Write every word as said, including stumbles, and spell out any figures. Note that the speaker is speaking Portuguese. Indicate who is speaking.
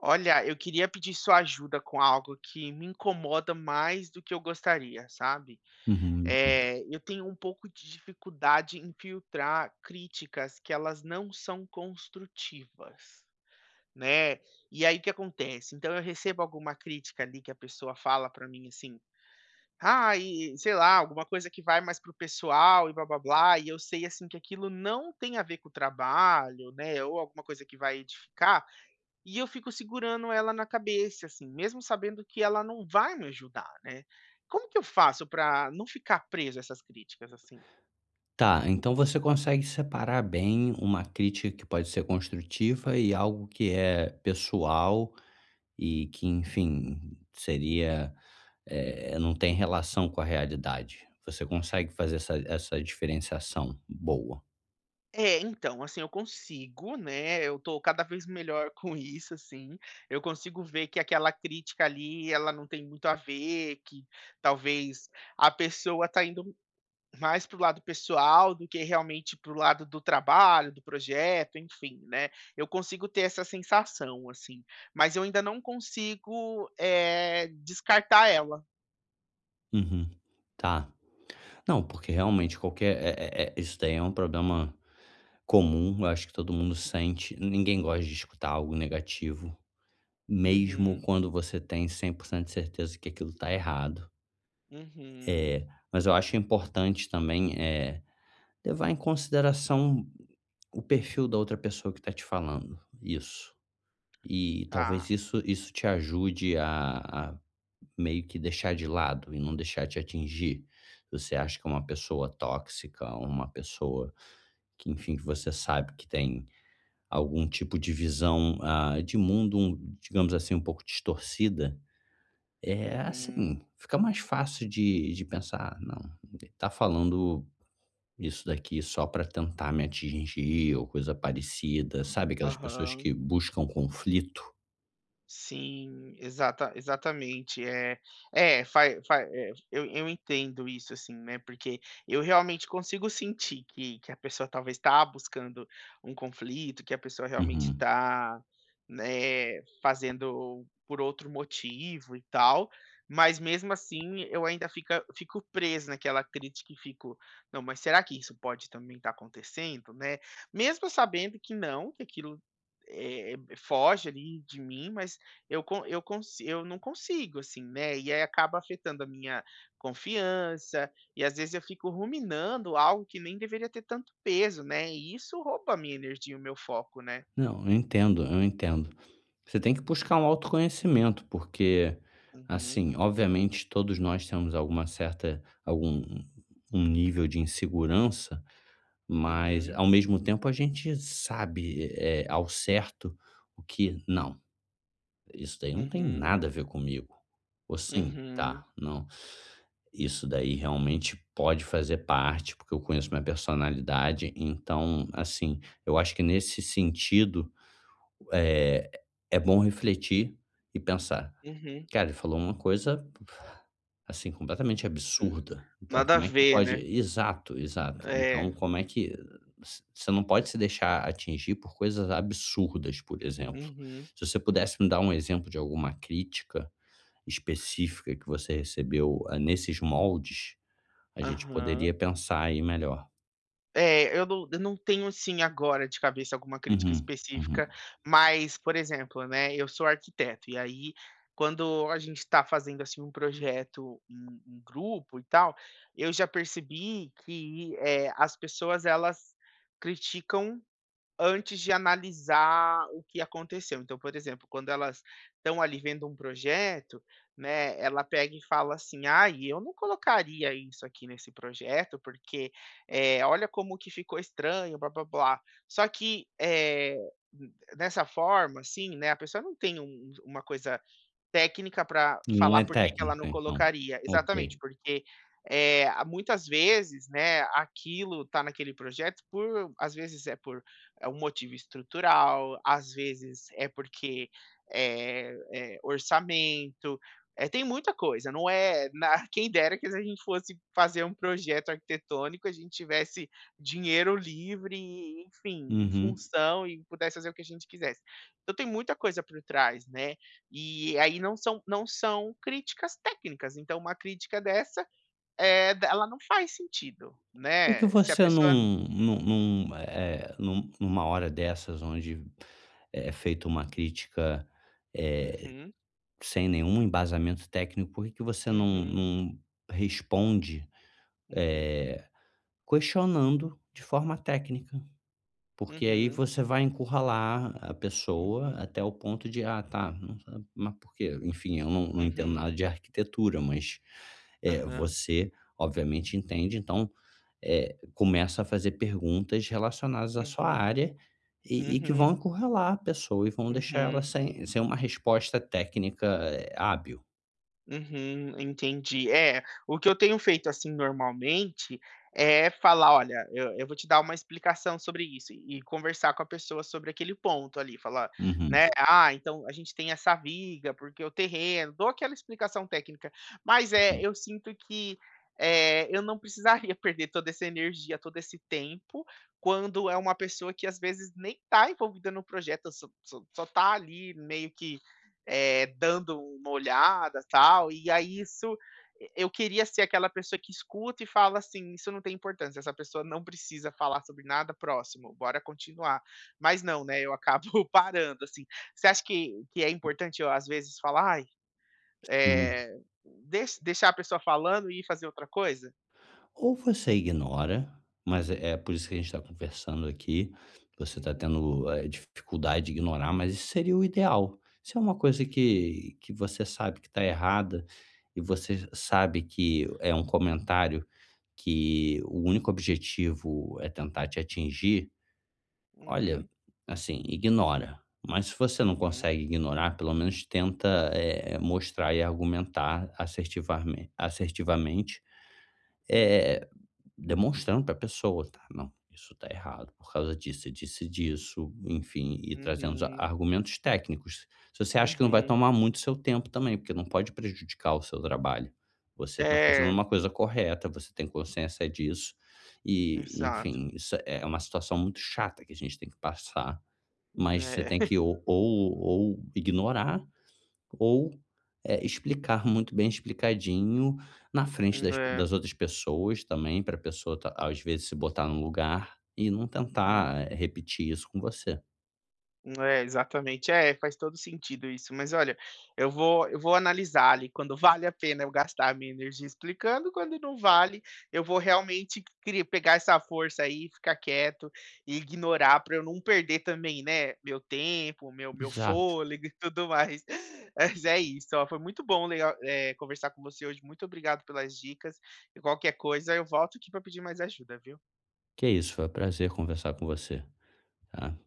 Speaker 1: Olha, eu queria pedir sua ajuda com algo que me incomoda mais do que eu gostaria, sabe?
Speaker 2: Uhum, me conta.
Speaker 1: Eh, eu tenho um pouco de dificuldade em filtrar críticas que elas não são construtivas, né? E aí o que acontece? Então eu recebo alguma crítica ali que a pessoa fala pra mim assim, ah, e sei lá, alguma coisa que vai mais pro pessoal e blá blá blá, e eu sei assim que aquilo não tem a ver com o trabalho, né? Ou alguma coisa que vai edificar. E eu fico segurando ela na cabeça, assim, mesmo sabendo que ela não vai me ajudar, né. Como que eu faço para não ficar preso a essas críticas, assim?
Speaker 2: Tá, então você consegue separar bem uma crítica que pode ser construtiva e algo que é pessoal e que, enfim, seria, eh, não tem relação com a realidade. Você consegue fazer essa essa diferenciação boa.
Speaker 1: É, então, assim, eu consigo, né, eu tô cada vez melhor com isso, assim, eu consigo ver que aquela crítica ali, ela não tem muito a ver, que talvez a pessoa tá indo mais para o lado pessoal do que realmente para o lado do trabalho, do projeto, enfim, né. Eu consigo ter essa sensação, assim, mas eu ainda não consigo, eh, descartar ela.
Speaker 2: Uhum, tá. Não, porque realmente qualquer é é é isso daí é um problema comum, eu acho que todo mundo sente. Ninguém gosta de escutar algo negativo, mesmo
Speaker 1: Uhum,
Speaker 2: quando você tem cem por cento de certeza que aquilo tá errado.
Speaker 1: uhum,
Speaker 2: É, mas eu acho importante também, eh, levar em consideração o perfil da outra pessoa que está te falando, isso. E talvez
Speaker 1: tá.
Speaker 2: isso isso te ajude a a meio que deixar de lado e não deixar te atingir. Se você acha que é uma pessoa tóxica, uma pessoa que, enfim, que você sabe que tem algum tipo de visão, ah, de mundo, um digamos assim, um pouco distorcida, é
Speaker 1: Uhum,
Speaker 2: assim, fica mais fácil de de pensar: "Ah, não, ele tá falando isso daqui só para tentar me atingir ou coisa parecida, sabe aquelas pessoas
Speaker 1: aham.
Speaker 2: que buscam conflito?"
Speaker 1: Sim, exata exatamente. É é, fa faz é, eu eu entendo isso, assim, né, porque eu realmente consigo sentir que que a pessoa talvez está buscando um conflito, que a pessoa realmente
Speaker 2: Uhum.
Speaker 1: está né, fazendo por outro motivo e tal, mas mesmo assim eu ainda fica fico preso naquela crítica e fico: "Não, mas será que isso pode também estar acontecendo?", né, mesmo sabendo que não, que aquilo, é foge ali de mim, mas eu con eu consi eu não consigo, assim, né, e aí acaba afetando a minha confiança, e às vezes eu fico ruminando algo que nem deveria ter tanto peso, né, e isso rouba a minha energia e o meu foco, né.
Speaker 2: Não, eu entendo, eu entendo. Você tem que buscar um autoconhecimento, porque,
Speaker 1: Uhum,
Speaker 2: assim, obviamente todos nós temos alguma certa algum um nível de insegurança, mas
Speaker 1: uhum,
Speaker 2: ao mesmo tempo a gente sabe, eh, ao certo o que não. Isso daí não tem
Speaker 1: uhum,
Speaker 2: nada a ver comigo. Ou sim?
Speaker 1: uhum,
Speaker 2: Tá, não. Isso daí realmente pode fazer parte, porque eu conheço minha personalidade, então, assim, eu acho que nesse sentido, é é bom refletir e pensar:
Speaker 1: uhum.
Speaker 2: cara, ele falou uma coisa, assim, completamente
Speaker 1: Hum,
Speaker 2: absurda. Então,
Speaker 1: nada a
Speaker 2: como é que
Speaker 1: ver,
Speaker 2: pode
Speaker 1: né.
Speaker 2: exato, exato.
Speaker 1: É.
Speaker 2: Então, como é que você você não pode se deixar atingir por coisas absurdas, por exemplo.
Speaker 1: Uhum.
Speaker 2: Se você pudesse me dar um exemplo de alguma crítica específica que você recebeu, ah, nesses moldes, a gente
Speaker 1: Aham.
Speaker 2: poderia pensar aí melhor.
Speaker 1: É, eu não eu não tenho, assim, agora de cabeça alguma crítica
Speaker 2: Uhum,
Speaker 1: específica,
Speaker 2: uhum.
Speaker 1: mas, por exemplo, né, eu sou arquiteto, e aí quando a gente está fazendo, assim, um projeto um em grupo e tal, eu já percebi que, eh, as pessoas elas criticam antes de analisar o que aconteceu. Então, por exemplo, quando elas estão ali vendo um projeto, né, ela pega e fala assim: "Ai, eu não colocaria isso aqui nesse projeto, porque, eh, olha como que ficou estranho, blá, blá, blá". Só que, eh, n- dessa forma, assim, né, a pessoa não tem um uma coisa técnica para
Speaker 2: Não
Speaker 1: falar
Speaker 2: é
Speaker 1: por que que ela não
Speaker 2: técnica, então.
Speaker 1: colocaria.
Speaker 2: Ok.
Speaker 1: Exatamente, porque, é a muitas vezes, né, aquilo tá naquele projeto por às vezes é por, é um motivo estrutural, às vezes é porque, eh eh, orçamento, é tem muita coisa, não é na quem dera que se a gente fosse fazer um projeto arquitetônico, a gente tivesse dinheiro livre enfim, e
Speaker 2: Uhum.
Speaker 1: função e pudesse fazer o que a gente quisesse. Então tem muita coisa por trás, né, e aí não são não são críticas técnicas, então uma crítica dessa, é ela não faz sentido,
Speaker 2: Por que que
Speaker 1: né, se a
Speaker 2: você não
Speaker 1: pessoa
Speaker 2: num num, eh eh, num numa hora dessas onde eh, é feita uma crítica, eh,
Speaker 1: uhum,
Speaker 2: sem nenhum embasamento técnico, por que que você não
Speaker 1: uhum,
Speaker 2: não responde,
Speaker 1: uhum,
Speaker 2: eh, questionando de forma técnica? Porque aí
Speaker 1: uhum,
Speaker 2: você vai encurralar a pessoa
Speaker 1: uhum,
Speaker 2: até o ponto de: "Ah, tá, não sabe, mas por quê?" Enfim, eu não não entendo
Speaker 1: uhum,
Speaker 2: nada de arquitetura, mas, eh,
Speaker 1: aham,
Speaker 2: você obviamente entende, então eh, começa a fazer perguntas relacionadas à sua
Speaker 1: uhum,
Speaker 2: área e e que
Speaker 1: uhum,
Speaker 2: vão encurralar a pessoa e vão deixar ela
Speaker 1: uhum.
Speaker 2: sem sem uma resposta técnica, eh, hábil.
Speaker 1: Uhum, entendi. É, o que eu tenho feito, assim, normalmente, é falar: "Olha, eu eu vou te dar uma explicação sobre isso", e conversar com a pessoa sobre aquele ponto ali, falar,
Speaker 2: Uhum,
Speaker 1: né: "Ah, então a gente tem essa viga, porque o terreno", dou aquela explicação técnica, mas, é
Speaker 2: ok.
Speaker 1: eu sinto que, eh, eu não precisaria perder toda essa energia, todo esse tempo, quando é uma pessoa que às vezes nem tá envolvida no projeto, só só só tá ali meio que eh, dando uma olhada, tal, e aí isso eu queria ser aquela pessoa que escuta e fala assim: "Isso não tem importância, essa pessoa não precisa falar sobre nada próximo, bora continuar". Mas não, né, eu acabo parando, assim. Você acha que que é importante eu, às vezes, falar: "Ai,
Speaker 2: Sim.
Speaker 1: eh, deix deixar a pessoa falando e ir fazer outra coisa"?
Speaker 2: Ou você ignora, mas é é por isso que a gente está conversando aqui, você está
Speaker 1: Uhum,
Speaker 2: tendo, eh, dificuldade de ignorar, mas isso seria o ideal. Se é uma coisa
Speaker 1: uhum,
Speaker 2: que que você sabe que está errada e você sabe que é um comentário que o único objetivo é tentar te atingir, olha,
Speaker 1: uhum,
Speaker 2: assim, ignora. Mas se você não
Speaker 1: uhum,
Speaker 2: consegue ignorar, pelo menos tenta eh, mostrar e argumentar assertivamente, assertivamente,
Speaker 1: uhum,
Speaker 2: eh, demonstrando para a pessoa, tá? Não, isso tá errado por causa disso, disse disso, enfim, e trazendo os a-
Speaker 1: uhum,
Speaker 2: argumentos técnicos. Se você acha que não vai
Speaker 1: uhum.
Speaker 2: tomar muito seu tempo também, porque não pode prejudicar o seu trabalho. Você está fazendo
Speaker 1: É,
Speaker 2: uma coisa correta, você tem consciência disso, e,
Speaker 1: exato.
Speaker 2: enfim, isso é uma situação muito chata que a gente tem que passar, mas você
Speaker 1: É.
Speaker 2: tem que ou ou ou ignorar ou, eh, explicar muito bem explicadinho na frente das
Speaker 1: É.
Speaker 2: das outras pessoas também, para a pessoa tá às vezes se botar no lugar e não
Speaker 1: Uhum.
Speaker 2: tentar, eh, repetir isso com você.
Speaker 1: É, exatamente. É, faz todo sentido isso. Mas olha, eu vou eu vou analisar ali quando vale a pena eu gastar a minha energia explicando, quando não vale, eu vou realmente cri pegar essa força aí, ficar quieto e ignorar para eu não perder também, né, meu tempo, meu meu
Speaker 2: Exato.
Speaker 1: fôlego e tudo mais. Mas é isso, ó, foi muito bom legal, eh, conversar com você hoje. Muito obrigado pelas dicas e qualquer coisa eu volto aqui para pedir mais ajuda, viu.
Speaker 2: Que é isso, foi um prazer conversar com você, tá?